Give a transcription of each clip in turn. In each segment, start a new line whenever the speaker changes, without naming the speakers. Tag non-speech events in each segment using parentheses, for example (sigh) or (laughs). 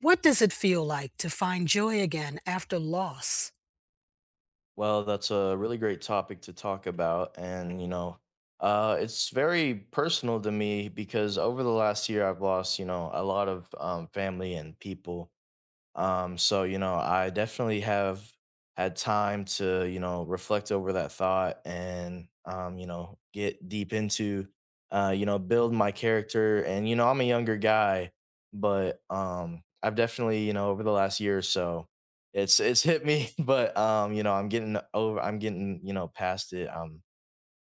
What does it feel like to find joy again after loss?
Well, that's a really great topic to talk about. And, it's very personal to me because over the last year, I've lost, a lot of family and people. So, I definitely have had time to, reflect over that thought, and, get deep into, build my character. And I'm a younger guy, but I've definitely, over the last year or so, it's hit me, (laughs) but I'm getting over, I'm getting, past it. Um,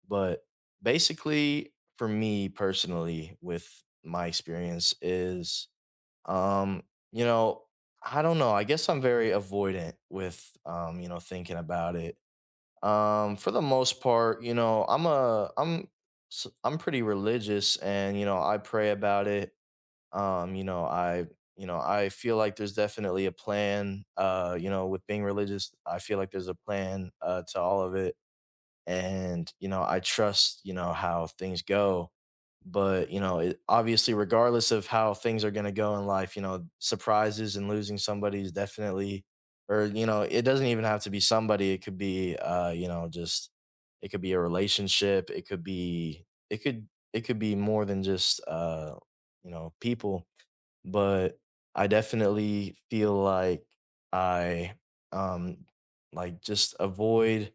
but basically, for me personally, with my experience is um, you know, I don't know. I guess I'm very avoidant with thinking about it. For the most part, I'm a I'm s- I'm pretty religious, and I pray about it. Um, you know, I I feel like there's definitely a plan, with being religious, I feel like there's a plan to all of it, and I trust how things go. But it, obviously, regardless of how things are going to go in life, surprises and losing somebody is definitely, or it doesn't even have to be somebody, it could be just, it could be a relationship, it could be more than just people. But I definitely feel like I um like, just avoid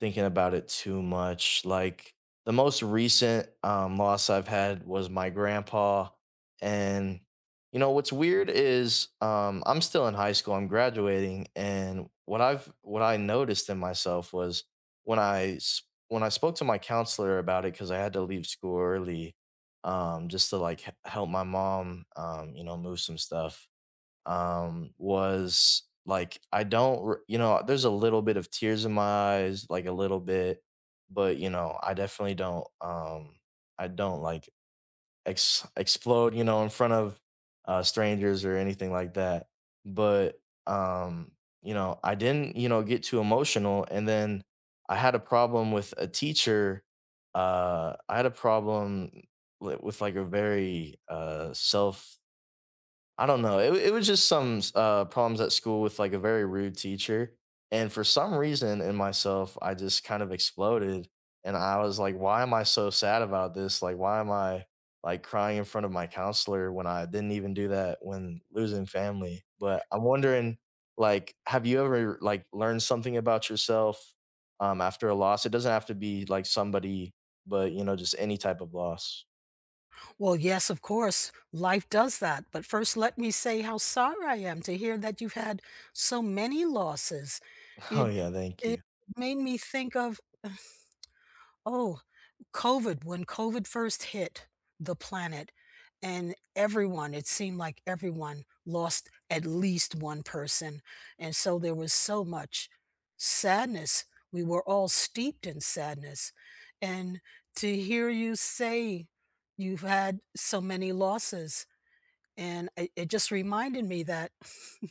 thinking about it too much, like, the most recent, loss I've had was my grandpa, and, what's weird is, I'm still in high school, I'm graduating, and what I noticed in myself was when I s when I spoke to my counselor about it because I had to leave school early, just to, like, he help my mom, move some stuff, was like I don't, there's a little bit of tears in my eyes, like a little bit, but I definitely don't, I don't like explode, in front of strangers or anything like that. But um, I didn't, get too emotional, and then I had a problem with a teacher. I had a problem with like a very self, I don't know. It was just some problems at school with like a very rude teacher. And for some reason in myself, I just kind of exploded. And I was like, why am I so sad about this? Like, why am I like crying in front of my counselor when I didn't even do that when losing family? But I'm wondering, like, have you ever like learned something about yourself after a loss? It doesn't have to be like somebody, but just any type of loss.
Well, yes, of course, life does that. But first, let me say how sorry I am to hear that you've had so many losses.
(laughs) Oh,
It,
yeah. Thank
it
you.
made me think of Oh, COVID when COVID first hit the planet, and everyone it seemed like everyone lost at least one person, and so there was so much sadness. We were all steeped in sadness, and to hear you say you've had so many losses, and it just reminded me that, (laughs) you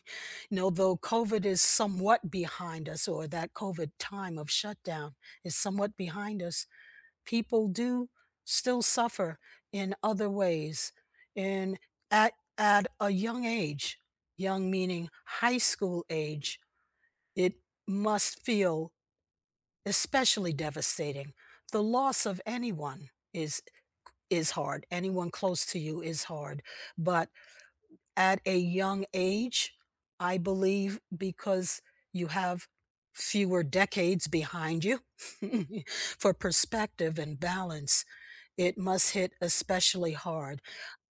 know, though COVID is somewhat behind us, or that COVID time of shutdown is somewhat behind us, people do still suffer in other ways. And at a young age, young meaning high school age, it must feel especially devastating. The loss of anyone is hard. Anyone close to you is hard. But at a young age, I believe, because you have fewer decades behind you (laughs) for perspective and balance, it must hit especially hard.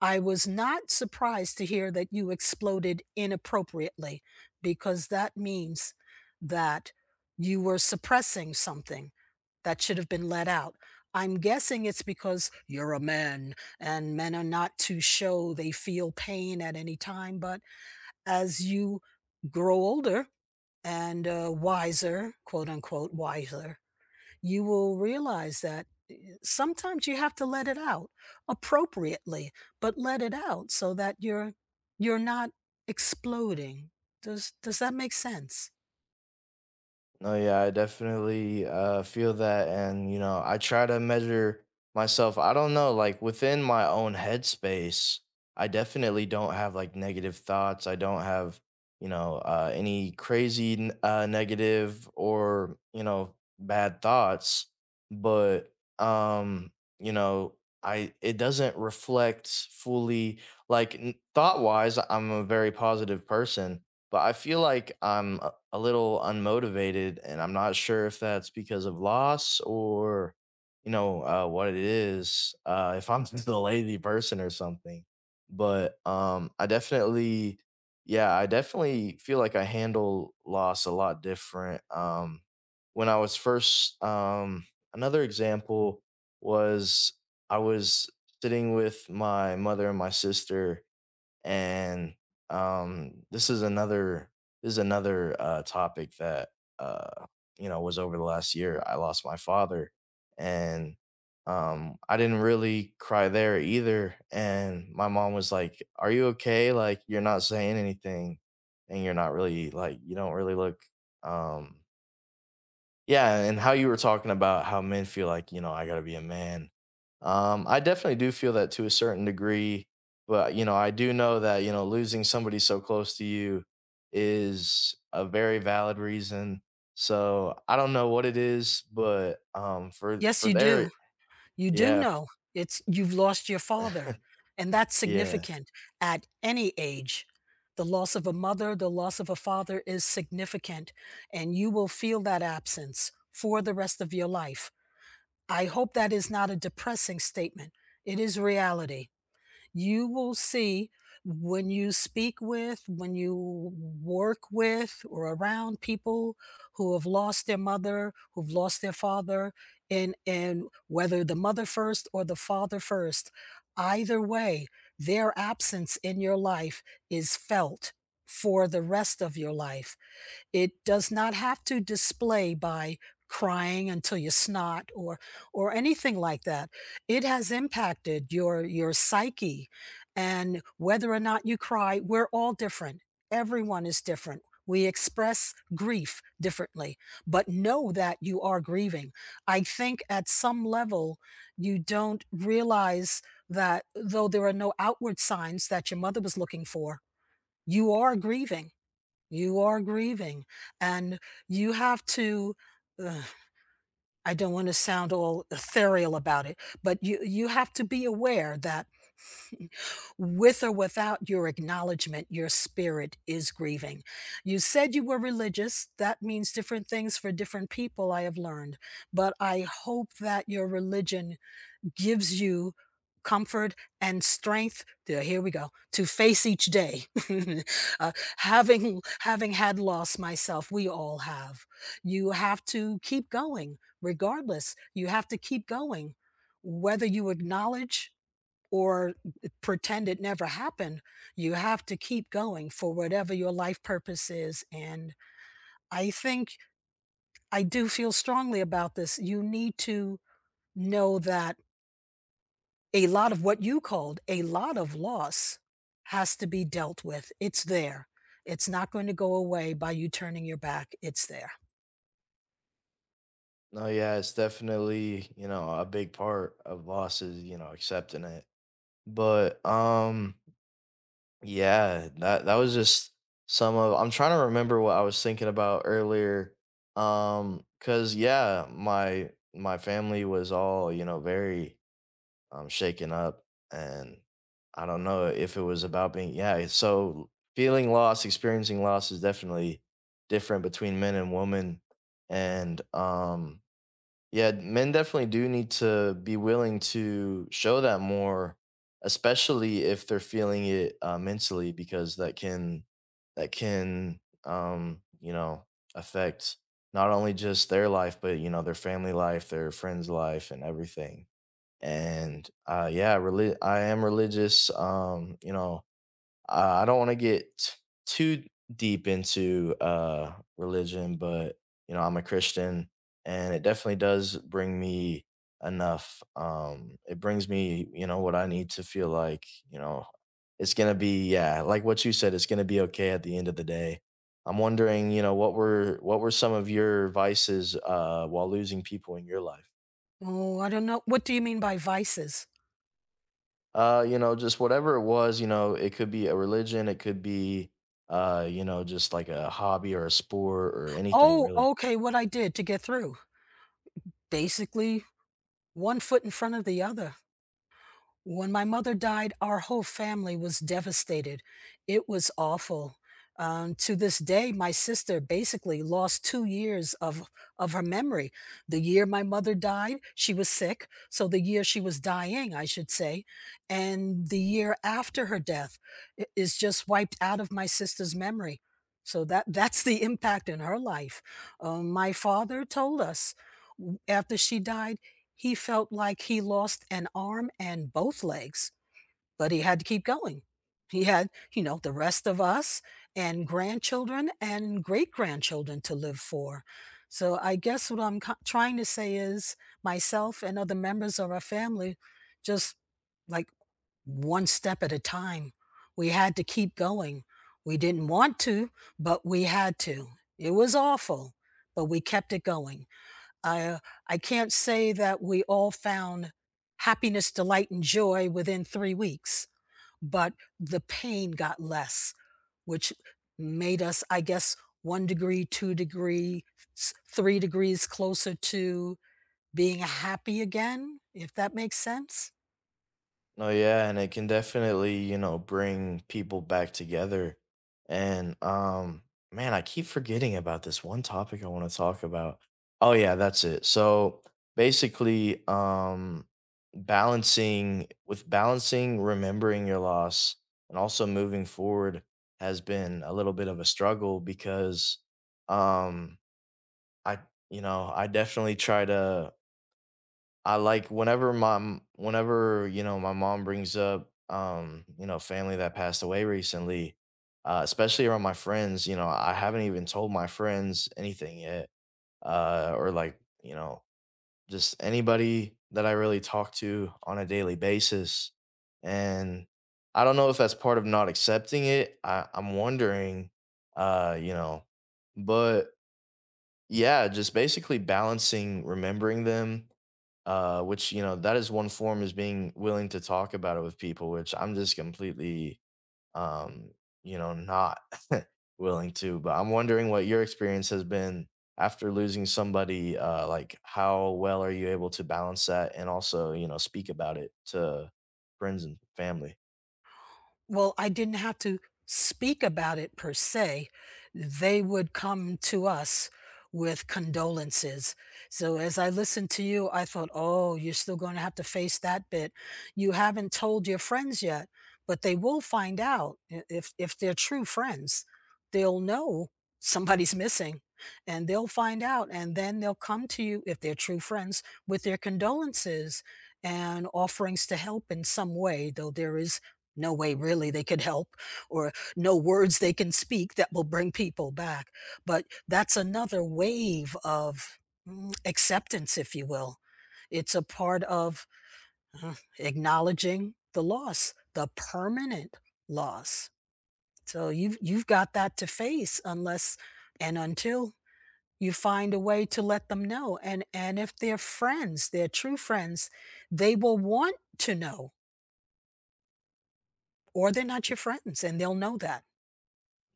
I was not surprised to hear that you exploded inappropriately, because that means that you were suppressing something that should have been let out. I'm guessing it's because you're a man, and men are not to show they feel pain at any time. But as you grow older and wiser, quote unquote, wiser, you will realize that sometimes you have to let it out appropriately, but let it out so that you're not exploding. Does that make sense?
No, yeah, I definitely feel that, and I try to measure myself. I don't know, like within my own headspace, I definitely don't have like negative thoughts. I don't have, any crazy negative or bad thoughts. But you know, I it doesn't reflect fully. Like thought wise, I'm a very positive person, but I feel like I'm a little unmotivated, and I'm not sure if that's because of loss or, what it is. If I'm (laughs) just a lazy person or something, but I definitely, yeah, I definitely feel like I handle loss a lot different. When I was first, Another example was I was sitting with my mother and my sister, and um this is another this is another topic that, uh was, over the last year I lost my father. And I didn't really cry there either, and my mom was like, are you okay? Like, you're not saying anything, and you're not really like, you don't really look, um yeah. And how you were talking about how men feel like, I gotta be a man. I definitely do feel that to a certain degree, but I do know that, losing somebody so close to you is a very valid reason. So I don't know what it is, but for
Yes,
for
you do.
their,
You do
yeah.
know. It's you've lost your father,
(laughs)
and that's
Yeah.
significant at any age. The loss of a mother, the loss of a father is significant, and you will feel that absence for the rest of your life. I hope that is not a depressing statement. It is reality. You will see when when you work with, or around people who have lost their mother, who've lost their father, and whether the mother first or the father first, either way, their absence in your life is felt for the rest of your life. It does not have to display by crying until you snot, or anything like that. It has impacted your psyche, and whether or not you cry, we're all different. Everyone is different. We express grief differently, but know that you are grieving. I think at some level you don't realize that, though there are no outward signs that your mother was looking for, you are grieving. You are grieving, and you have to, ugh, I don't wanna sound all ethereal about it, but you have to be aware that with or without your acknowledgement, your spirit is grieving. You said you were religious. That means different things for different people, I have learned, but I hope that your religion gives you comfort and strength, there, here we go, to face each day. (laughs) Uh, having had lost myself, we all have, you have to keep going, regardless. You have to keep going whether you acknowledge or pretend it never happened. You have to keep going for whatever your life purpose is. And I think, I do feel strongly about this, you need to know that a lot of what you called a lot of loss has to be dealt with. It's there. It's not going to go away by you turning your back. It's there.
No, yeah, it's definitely, a big part of losses, accepting it. But yeah, that was just some of, I'm trying to remember what I was thinking about earlier. 'Cause yeah, my family was all, very shaken up, and I don't know if it was about being, yeah, so feeling loss, experiencing loss is definitely different between men and women. And yeah, men definitely do need to be willing to show that more, especially if they're feeling it mentally, because that can affect not only just their life, but their family life, their friends' life, and everything. And yeah, I am religious. I don't want to get too deep into religion, but I'm a Christian, and it definitely does bring me enough. It brings me, what I need to feel like, it's gonna be, yeah, like what you said, it's gonna be okay at the end of the day. I'm wondering, what were some of your vices while losing people in your life?
Oh, I don't know. What do you mean by vices?
Just whatever it was, it could be a religion, it could be, just like a hobby or a sport or anything
Oh,
really.
okay. What I did to get through. Basically, one foot in front of the other. When my mother died, our whole family was devastated. It was awful. To this day, my sister basically lost 2 years of her memory. The year my mother died, she was sick, so the year she was dying, I should say, and the year after her death I is just wiped out of my sister's memory. So that, (laughs) that's the impact in her life. My father told us w after she died, he felt like he lost an arm and both legs, but he had to keep going. He had, you know, the rest of us and grandchildren and great grandchildren to live for. So I guess what I'm trying to say is myself and other members of our family just, like, one step at a time. We had to keep going. We didn't want to, but we had to. It was awful, but we kept it going. I, uh, I can't say that we all found happiness, delight, and joy within 3 weeks, but the pain got less, which made us, I guess, 1 degree, 2-degree, s 3 degrees closer to being happy again, if that makes sense?
No, yeah, and it can definitely, bring people back together. And man, I keep forgetting about this one topic I want to talk about. Oh yeah, that's it. So basically, balancing remembering your loss and also moving forward has been a little bit of a struggle because um I I definitely try to, I like whenever mom whenever, you know, my mom brings up, family that passed away recently, especially around my friends, I haven't even told my friends anything yet. Or like, just anybody that I really talk to on a daily basis. And I don't know if that's part of not accepting it. I'm wondering, uh, you know, but yeah, just basically balancing remembering them, which that is one form, is being willing to talk about it with people, which I'm just completely, um, not (laughs) willing to. But I'm wondering what your experience has been after losing somebody. Like, how well are you able to balance that, and also speak about it to friends and family?
Well, I didn't have to speak about it per se. They would come to us with condolences. So as I listened to you, I thought, "Oh, you're still gonna have to face that bit. You haven't told your friends yet, but they will find out, I if they're true friends. They'll know somebody's missing, and they'll find out, and then they'll come to you, if they're true friends, with their condolences and offerings to help in some way, though there is no way really they could help, or no words they can speak that will bring people back, but that's another wave of, acceptance, if you will. It's a part of, acknowledging the loss, the permanent loss. So you've got that to face, unless and until you find a way to let them know. And if they're true friends, they will want to know. Or they're not your friends, and they'll know that.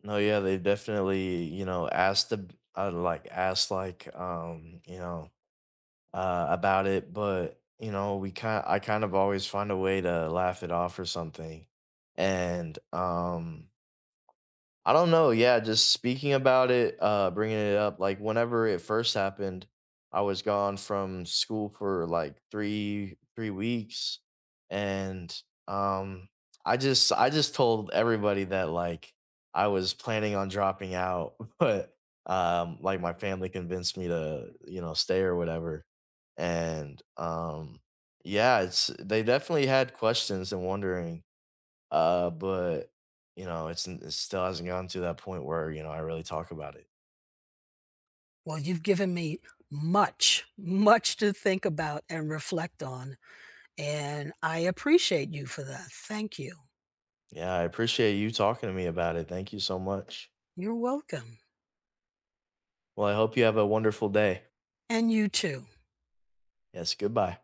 No, yeah, they definitely asked like, about it, but we kind I kind of always find a way to laugh it off or something. And I don't know. Yeah, just speaking about it, bringing it up, like whenever it first happened, I was gone from school for like three weeks, and um, I just told everybody that like I was planning on dropping out, (laughs) but like my family convinced me to stay or whatever, and yeah, it's they definitely had questions and wondering, but, it still hasn't gotten to that point where, I really talk about it.
Well, you've given me much, much to think about and reflect on, and I appreciate you for that. Thank you.
Yeah, I appreciate you talking to me about it. Thank you so much.
You're welcome.
Well, I hope you have a wonderful day.
And you too.
Yes, goodbye.